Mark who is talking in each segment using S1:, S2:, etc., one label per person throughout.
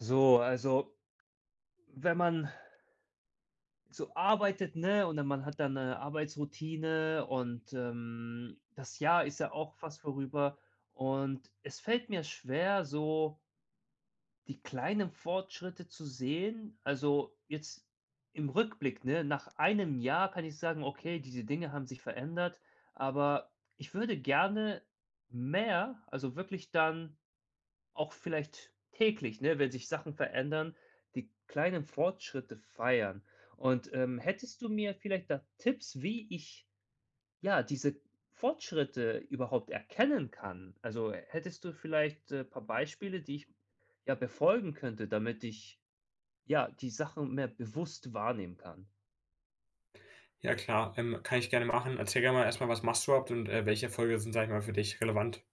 S1: So, also wenn man so arbeitet, ne, und dann man hat dann eine Arbeitsroutine und das Jahr ist ja auch fast vorüber und es fällt mir schwer, so die kleinen Fortschritte zu sehen. Also, jetzt im Rückblick, ne, nach einem Jahr kann ich sagen: „Okay, diese Dinge haben sich verändert“, aber ich würde gerne mehr, also wirklich dann auch vielleicht täglich, ne, wenn sich Sachen verändern, die kleinen Fortschritte feiern. Und hättest du mir vielleicht da Tipps, wie ich, ja, diese Fortschritte überhaupt erkennen kann? Also, hättest du vielleicht, ein paar Beispiele, die ich, ja, befolgen könnte, damit ich, ja, die Sachen mehr bewusst wahrnehmen kann?
S2: Ja klar, kann ich gerne machen. Erzähl gerne mal erstmal, was machst du überhaupt und, welche Erfolge sind, sag ich mal, für dich relevant?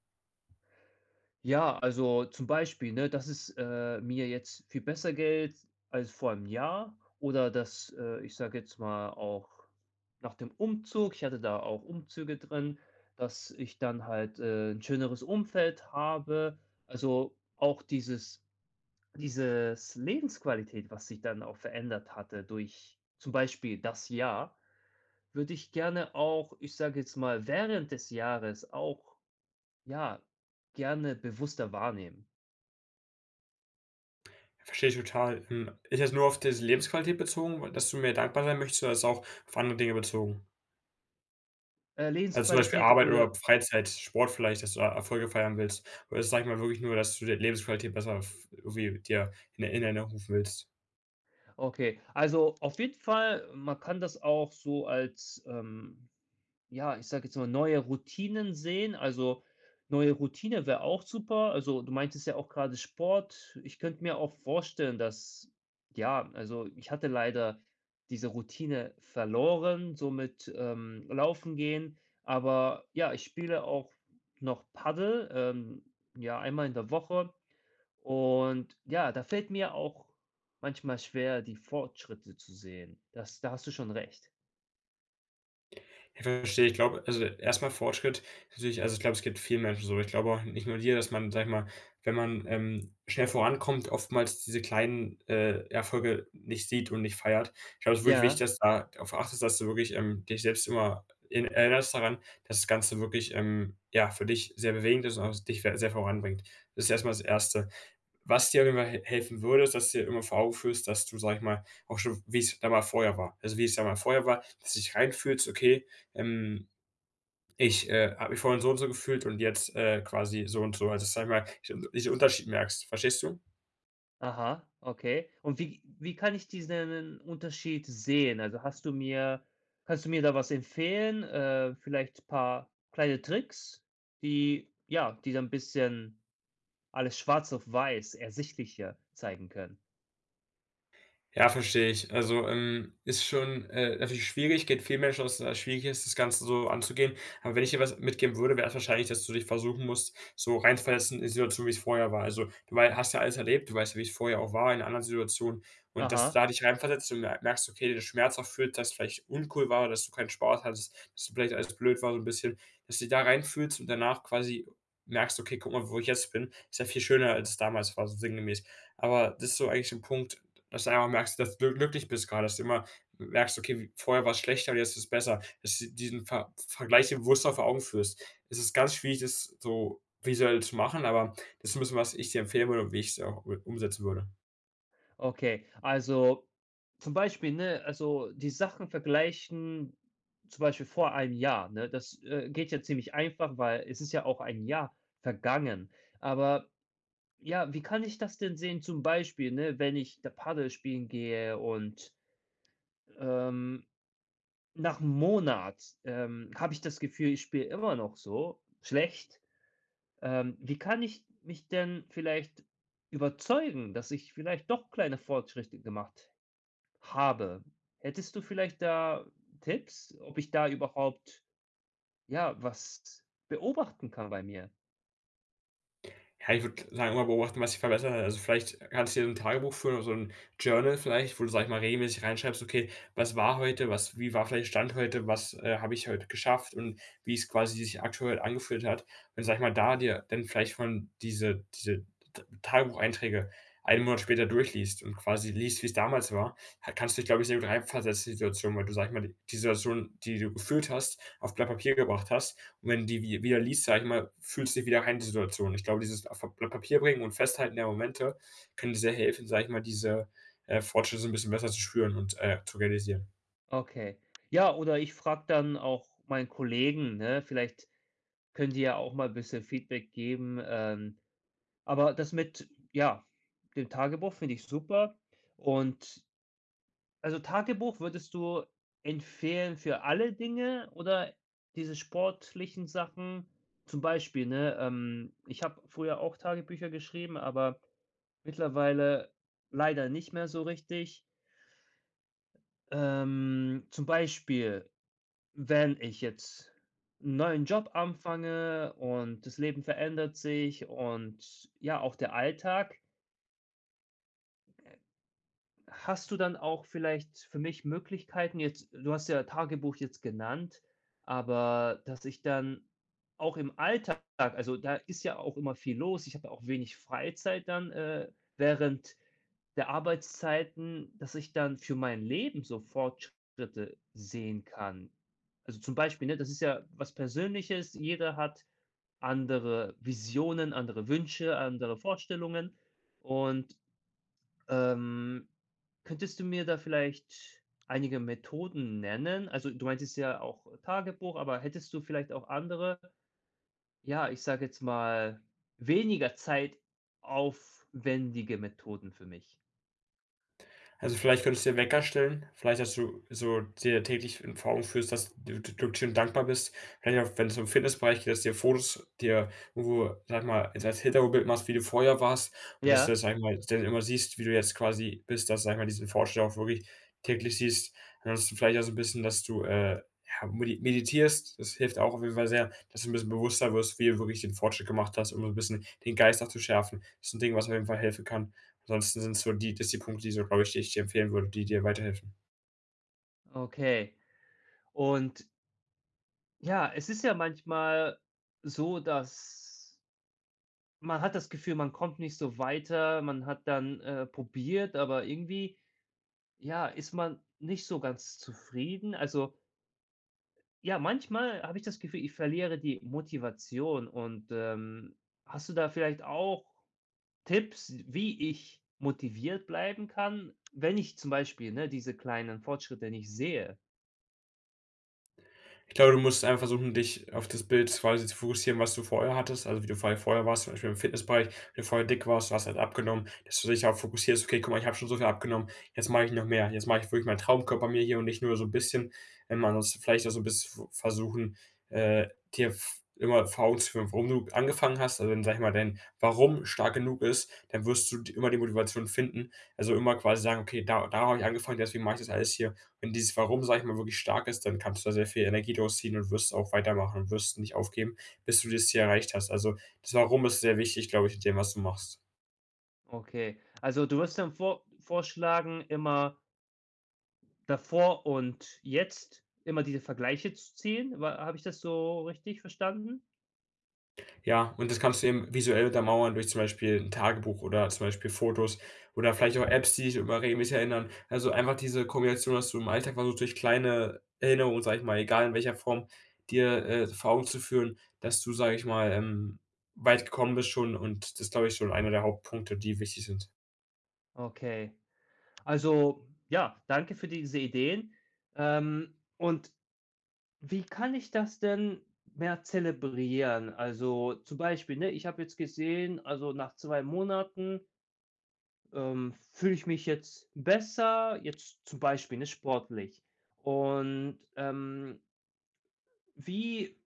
S1: Ja, also zum Beispiel, ne, dass es mir jetzt viel besser Geld als vor einem Jahr oder dass ich sage jetzt mal auch nach dem Umzug ich hatte da auch Umzüge drin, dass ich dann halt 'n schöneres Umfeld habe. Also, auch dieses Lebensqualität, was sich dann auch verändert hatte durch zum Beispiel das Jahr, würde ich gerne auch, ich sage jetzt mal, während des Jahres auch, ja, gerne bewusster wahrnehmen.
S2: Verstehe ich total. Hm, ist das nur auf diese Lebensqualität bezogen, dass du mir dankbar sein möchtest, oder ist es auch auf andere Dinge bezogen? Also, zum Beispiel
S1: Lebensqualität
S2: Arbeit oder
S1: oder
S2: Freizeit, Sport vielleicht, dass du da Erfolge feiern willst? Oder ist es, sage ich mal, wirklich nur, dass du die Lebensqualität besser f irgendwie dir in Erinnerung rufen willst?
S1: okay. Also, auf jeden Fall, man kann das auch so als ja, ich sage jetzt mal, neue Routinen sehen. Also, neue Routine wäre auch super. Also, du meintest ja auch gerade Sport. Ich könnte mir auch vorstellen, dass ja, also, ich hatte leider diese Routine verloren, so mit Laufen gehen. Aber ja, ich spiele auch noch Paddel, ja, einmal in der Woche. Und ja, da fällt mir auch manchmal schwer, die Fortschritte zu sehen. Das da hast du schon recht.
S2: Ich verstehe, ich glaube also, erstmal Fortschritt natürlich, also, ich glaube, es geht vielen Menschen so. Ich glaube auch nicht nur dir, dass man, sag ich mal, wenn man, schnell vorankommt, oftmals diese kleinen, Erfolge nicht sieht und nicht feiert. Ich glaube, es ist wirklich wichtig,
S1: Ja,
S2: dass du da darauf achtest, dass du wirklich, dich selbst immer in erinnerst daran, dass das Ganze wirklich, ja, für dich sehr bewegend ist und auch dich sehr voranbringt. Das ist erstmal das erste, was dir auf jeden Fall he helfen würde, ist, dass du dir immer vor Augen führst, dass du, sag ich mal, auch schon wie es damals vorher war. Also, wie es damals vorher war, dass du dich reinfühlst: „Okay, ähm, ich, habe mich vorhin so und so gefühlt und jetzt, quasi so und so.“ Also, sag ich mal, diesen Unterschied merkst. Verstehst du?
S1: aha, okay. Und wie kann ich diesen Unterschied sehen? Also, hast du mir kannst du mir da was empfehlen? Vielleicht ein paar kleine Tricks, die ja, die so ein bisschen alles schwarz auf weiß ersichtlicher zeigen können?
S2: Ja, verstehe ich. Also, ist schon, natürlich schwierig, geht vielen Menschen aus, dass es schwierig ist, das Ganze so anzugehen. Aber wenn ich dir was mitgeben würde, wäre es wahrscheinlich, dass du dich versuchen musst, so reinzuversetzen in die Situation, wie es vorher war. Also, du wei hast ja alles erlebt, du weißt ja, wie es vorher auch war in einer anderen Situation. Und dass du
S1: Aha.
S2: da dich reinversetzt und merkst, okay, der Schmerz auch fühlt, dass es vielleicht uncool war, dass du keinen Spaß hattest, dass vielleicht alles blöd war so ein bisschen, dass du dich da reinfühlst und danach quasi merkst: „Okay, guck mal, wo ich jetzt bin.“ Ist ja viel schöner, als es damals war, so sinngemäß. Aber das ist so eigentlich so ein Punkt, dass du einfach merkst, dass du glücklich bist gerade, dass du immer merkst: „Okay, w vorher war es schlechter und jetzt ist es besser.“ Dass du diesen Vergleich dir bewusster vor Augen führst. Es ist ganz schwierig, das so visuell zu machen, aber das ist ein bisschen, was ich dir empfehlen würde und wie ich es auch umsetzen würde.
S1: Okay, also zum Beispiel, ne, also die Sachen vergleichen, zum Beispiel vor einem Jahr, ne? Das geht ja ziemlich einfach, weil es ist ja auch ein Jahr vergangen. Aber ja, wie kann ich das denn sehen? Zum Beispiel, ne, wenn ich da Paddel spielen gehe und, ähm, nach 'm Monat habe ich das Gefühl, ich spiele immer noch so schlecht. Wie kann ich mich denn vielleicht überzeugen, dass ich vielleicht doch kleine Fortschritte gemacht habe. Hättest du vielleicht da Tipps, ob ich da überhaupt, ja, was beobachten kann bei mir?
S2: Ja, ich würde sagen, immer beobachten, was sich verbessert hat. Also, vielleicht kannst du dir so 'n Tagebuch führen oder so 'n Journal vielleicht, wo du, sage ich mal, regelmäßig reinschreibst: „Okay, was war heute? Was, wie war vielleicht Stand heute? Was, habe ich heute geschafft?“ Und wie es quasi sich aktuell angefühlt hat. Und sage ich mal, da dir dann vielleicht von diese T Tagebucheinträge einen Monat später durchliest und quasi liest, wie's damals war, ha kannst du dich, glaube ich, sehr gut reinversetzen in die Situation, weil du, sage ich mal, die Situation, die du gefühlt hast, auf Blatt Papier gebracht hast, und wenn du die wi wieder liest, sage ich mal, fühlst du dich wieder rein in die Situation. Ich glaube, dieses auf Blatt Papier bringen und Festhalten der Momente kann dir sehr helfen, sage ich mal, diese, Fortschritte so ein bisschen besser zu spüren und, zu realisieren.
S1: Okay. Ja, oder ich frage dann auch meinen Kollegen, ne? Vielleicht können die ja auch mal 'n bisschen Feedback geben. Aber das mit, ja, dem Tagebuch finde ich super und also Tagebuch würdest du empfehlen für alle Dinge oder diese sportlichen Sachen? Zum Beispiel, ne, ich habe früher auch Tagebücher geschrieben, aber mittlerweile leider nicht mehr so richtig. Zum Beispiel, wenn ich jetzt 'n neuen Job anfange und das Leben verändert sich und ja, auch der Alltag, hast du dann auch vielleicht für mich Möglichkeiten jetzt du hast ja Tagebuch jetzt genannt, aber dass ich dann auch im Alltag also, da ist ja auch immer viel los. Ich habe ja auch wenig Freizeit dann während der Arbeitszeiten, dass ich dann für mein Leben so Fortschritte sehen kann. Also, zum Beispiel, ne, das ist ja was Persönliches. Jeder hat andere Visionen, andere Wünsche, andere Vorstellungen und ähm, könntest du mir da vielleicht einige Methoden nennen? Also, du meintest ja auch Tagebuch, aber hättest du vielleicht auch andere, ja, ich sage jetzt mal, weniger zeitaufwendige Methoden für mich?
S2: Also, vielleicht könntest du dir Wecker stellen, vielleicht, dass du so dir täglich in vor Augen führst, dass du d glücklich und dankbar bist. Vielleicht auch, wenn wenn's um Fitnessbereich geht, dass du dir Fotos dir irgendwo, sage ich mal, so als Hintergrundbild machst, wie du vorher warst, und dass du das,
S1: Ja,
S2: sage ich mal, dann immer siehst, wie du jetzt quasi bist, dass du, sage ich mal, diesen Fortschritt auch wirklich täglich siehst. Ansonsten vielleicht auch so ein bisschen, dass du, ja, meditierst. Das hilft auch auf jeden Fall sehr, dass du ein bisschen bewusster wirst, wie du wirklich den Fortschritt gemacht hast, um so ein bisschen den Geist auch zu schärfen. Das ist ein Ding, was auf jeden Fall helfen kann. Ansonsten sind es so die Punkte, die so, glaube ich, die ich dir empfehlen würde, die dir weiterhelfen.
S1: okay. Und ja, es ist ja manchmal so, dass man hat das Gefühl, man kommt nicht so weiter, man hat dann probiert, aber irgendwie, ja, ist man nicht so ganz zufrieden. Also, ja, manchmal habe ich das Gefühl, ich verliere die Motivation und hast du da vielleicht auch Tipps, wie ich motiviert bleiben kann, wenn ich zum Beispiel, ne, diese kleinen Fortschritte nicht sehe?
S2: Ich glaube, du musst einfach versuchen, dich auf das Bild quasi zu fokussieren, was du vorher hattest, also wie du vorher warst, zum Beispiel im Fitnessbereich, wenn du vorher dick warst, du hast halt abgenommen, dass du dich darauf fokussierst: „Okay, guck mal, ich habe schon so viel abgenommen, jetzt mache ich noch mehr. Jetzt mache ich wirklich meinen Traumkörper mir hier und nicht nur so ein bisschen.“ Ansonsten vielleicht auch so 'n bisschen versuchen, äh, dir v immer vor Augen zu führen, warum du angefangen hast. Also, wenn, sag ich mal, dein Warum stark genug ist, dann wirst du d immer die Motivation finden. Also, immer quasi sagen: „Okay, da habe ich angefangen, deswegen mache ich das alles hier.“ Wenn dieses Warum, sage ich mal, wirklich stark ist, dann kannst du da sehr viel Energie draus ziehen und wirst auch weitermachen und wirst nicht aufgeben, bis du das Ziel erreicht hast. Also, das Warum ist sehr wichtig, glaube ich, in dem, was du machst.
S1: Okay, also du wirst dann vorschlagen, immer davor und jetzt immer diese Vergleiche zu ziehen? Wa habe ich das so richtig verstanden?
S2: Ja, und das kannst du eben visuell untermauern durch zum Beispiel ein Tagebuch oder zum Beispiel Fotos oder vielleicht auch Apps, die dich immer regelmäßig erinnern. Also, einfach diese Kombination, dass du im Alltag versuchst, durch kleine Erinnerungen, sage ich mal, egal in welcher Form, dir, vor Augen zu führen, dass du, sage ich mal, weit gekommen bist schon, und das, glaube ich, schon einer der Hauptpunkte, die wichtig sind.
S1: Okay. Also, ja, danke für diese Ideen. Und wie kann ich das denn mehr zelebrieren? Also, zum Beispiel, ne, ich habe jetzt gesehen, also, nach 2 Monaten, fühle ich mich jetzt besser, jetzt zum Beispiel, ne, sportlich. Und wie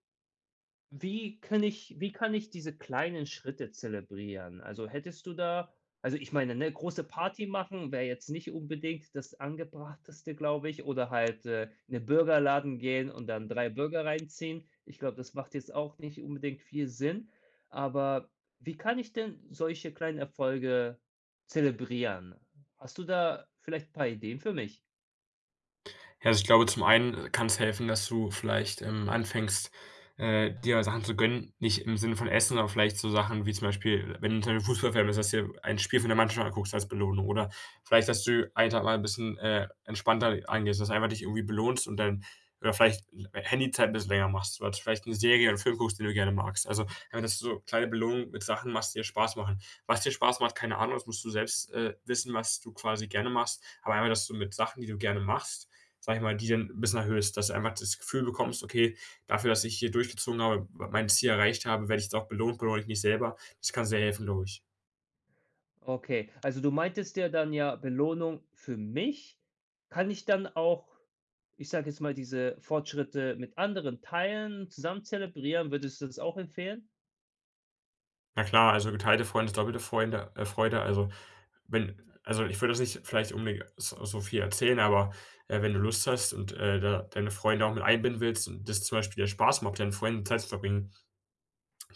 S1: kann ich diese kleinen Schritte zelebrieren? Also, hättest du da also, ich meine, ne, große Party machen wäre jetzt nicht unbedingt das Angebrachteste, glaube ich, oder halt in den Burgerladen gehen und dann 3 Burger reinziehen. Ich glaube, das macht jetzt auch nicht unbedingt viel Sinn. Aber wie kann ich denn solche kleinen Erfolge zelebrieren? Hast du da vielleicht ein paar Ideen für mich?
S2: Ja, also ich glaube, zum einen kann es helfen, dass du vielleicht, anfängst, dir Sachen zu gönnen, nicht im Sinne von Essen, aber vielleicht so Sachen wie zum Beispiel, wenn du 'n Fußballfan bist, dass du dir ein Spiel von der Mannschaft anguckst als Belohnung, oder vielleicht, dass du einen Tag mal ein bisschen, entspannter angehst, dass du einfach dich irgendwie belohnst und dann oder vielleicht l Handyzeit ein bisschen länger machst oder vielleicht eine Serie oder 'n Film guckst, den du gerne magst. Also, einfach dass du so kleine Belohnungen mit Sachen machst, die dir Spaß machen. Was dir Spaß macht, keine Ahnung, das musst du selbst, wissen, was du quasi gerne machst, aber einfach, dass du mit Sachen, die du gerne machst, sage ich mal, die dann 'n bisschen erhöhst, dass du einfach das Gefühl bekommst: „Okay, dafür, dass ich hier durchgezogen habe, mein Ziel erreicht habe, werde ich jetzt auch belohnt, belohne ich mich selber.“ Das kann sehr helfen, glaube ich.
S1: Okay, also du meintest ja dann ja Belohnung für mich. Kann ich dann auch, ich sage jetzt mal, diese Fortschritte mit anderen teilen, zusammen zelebrieren? Würdest du das auch empfehlen?
S2: Na klar, also geteilte Freunde ist doppelte Freunde Freude. Also, wenn, also, ich würde das nicht vielleicht unbedingt so viel erzählen, aber, wenn du Lust hast und, da deine Freunde auch mit einbinden willst und das zum Beispiel der Spaß macht, mit deinen Freunden Zeit zu verbringen,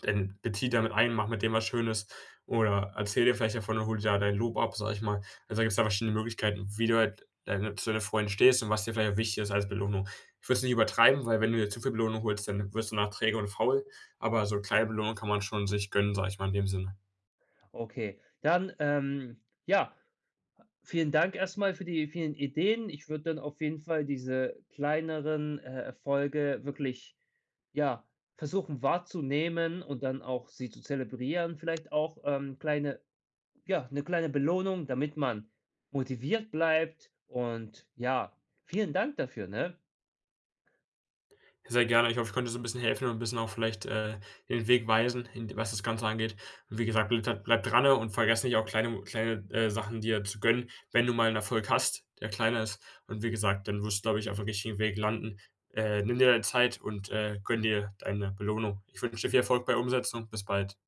S2: dann bezieh damit ein, mach mit dem was Schönes oder erzähl dir vielleicht davon und hol dir da dein Lob ab, sage ich mal. Also, da gibt es da verschiedene Möglichkeiten, wie du halt deine zu deinen Freunden stehst und was dir vielleicht auch wichtig ist als Belohnung. Ich würde es nicht übertreiben, weil wenn du dir zu viel Belohnung holst, dann wirst du danach träge und faul, aber so kleine Belohnung kann man schon sich gönnen, sage ich mal, in dem Sinne.
S1: Okay, dann ja, vielen Dank erstmal für die vielen Ideen. Ich würde dann auf jeden Fall diese kleineren Erfolge wirklich ja versuchen wahrzunehmen und dann auch sie zu zelebrieren. Vielleicht auch kleine ja, eine kleine Belohnung, damit man motiviert bleibt und ja, vielen Dank dafür, ne?
S2: Sehr gerne. Ich hoffe, ich konnte so ein bisschen helfen und ein bisschen auch vielleicht, den Weg weisen, in was das Ganze angeht. Und wie gesagt, bleibt da dran, ne, und vergesst nicht, auch kleine Sachen dir zu gönnen, wenn du mal einen Erfolg hast, der kleiner ist. Und wie gesagt, dann wirst du, glaube ich, aufm richtigen Weg landen. Nimm dir deine Zeit und, gönn dir deine Belohnung. Ich wünsche dir viel Erfolg bei der Umsetzung. Bis bald.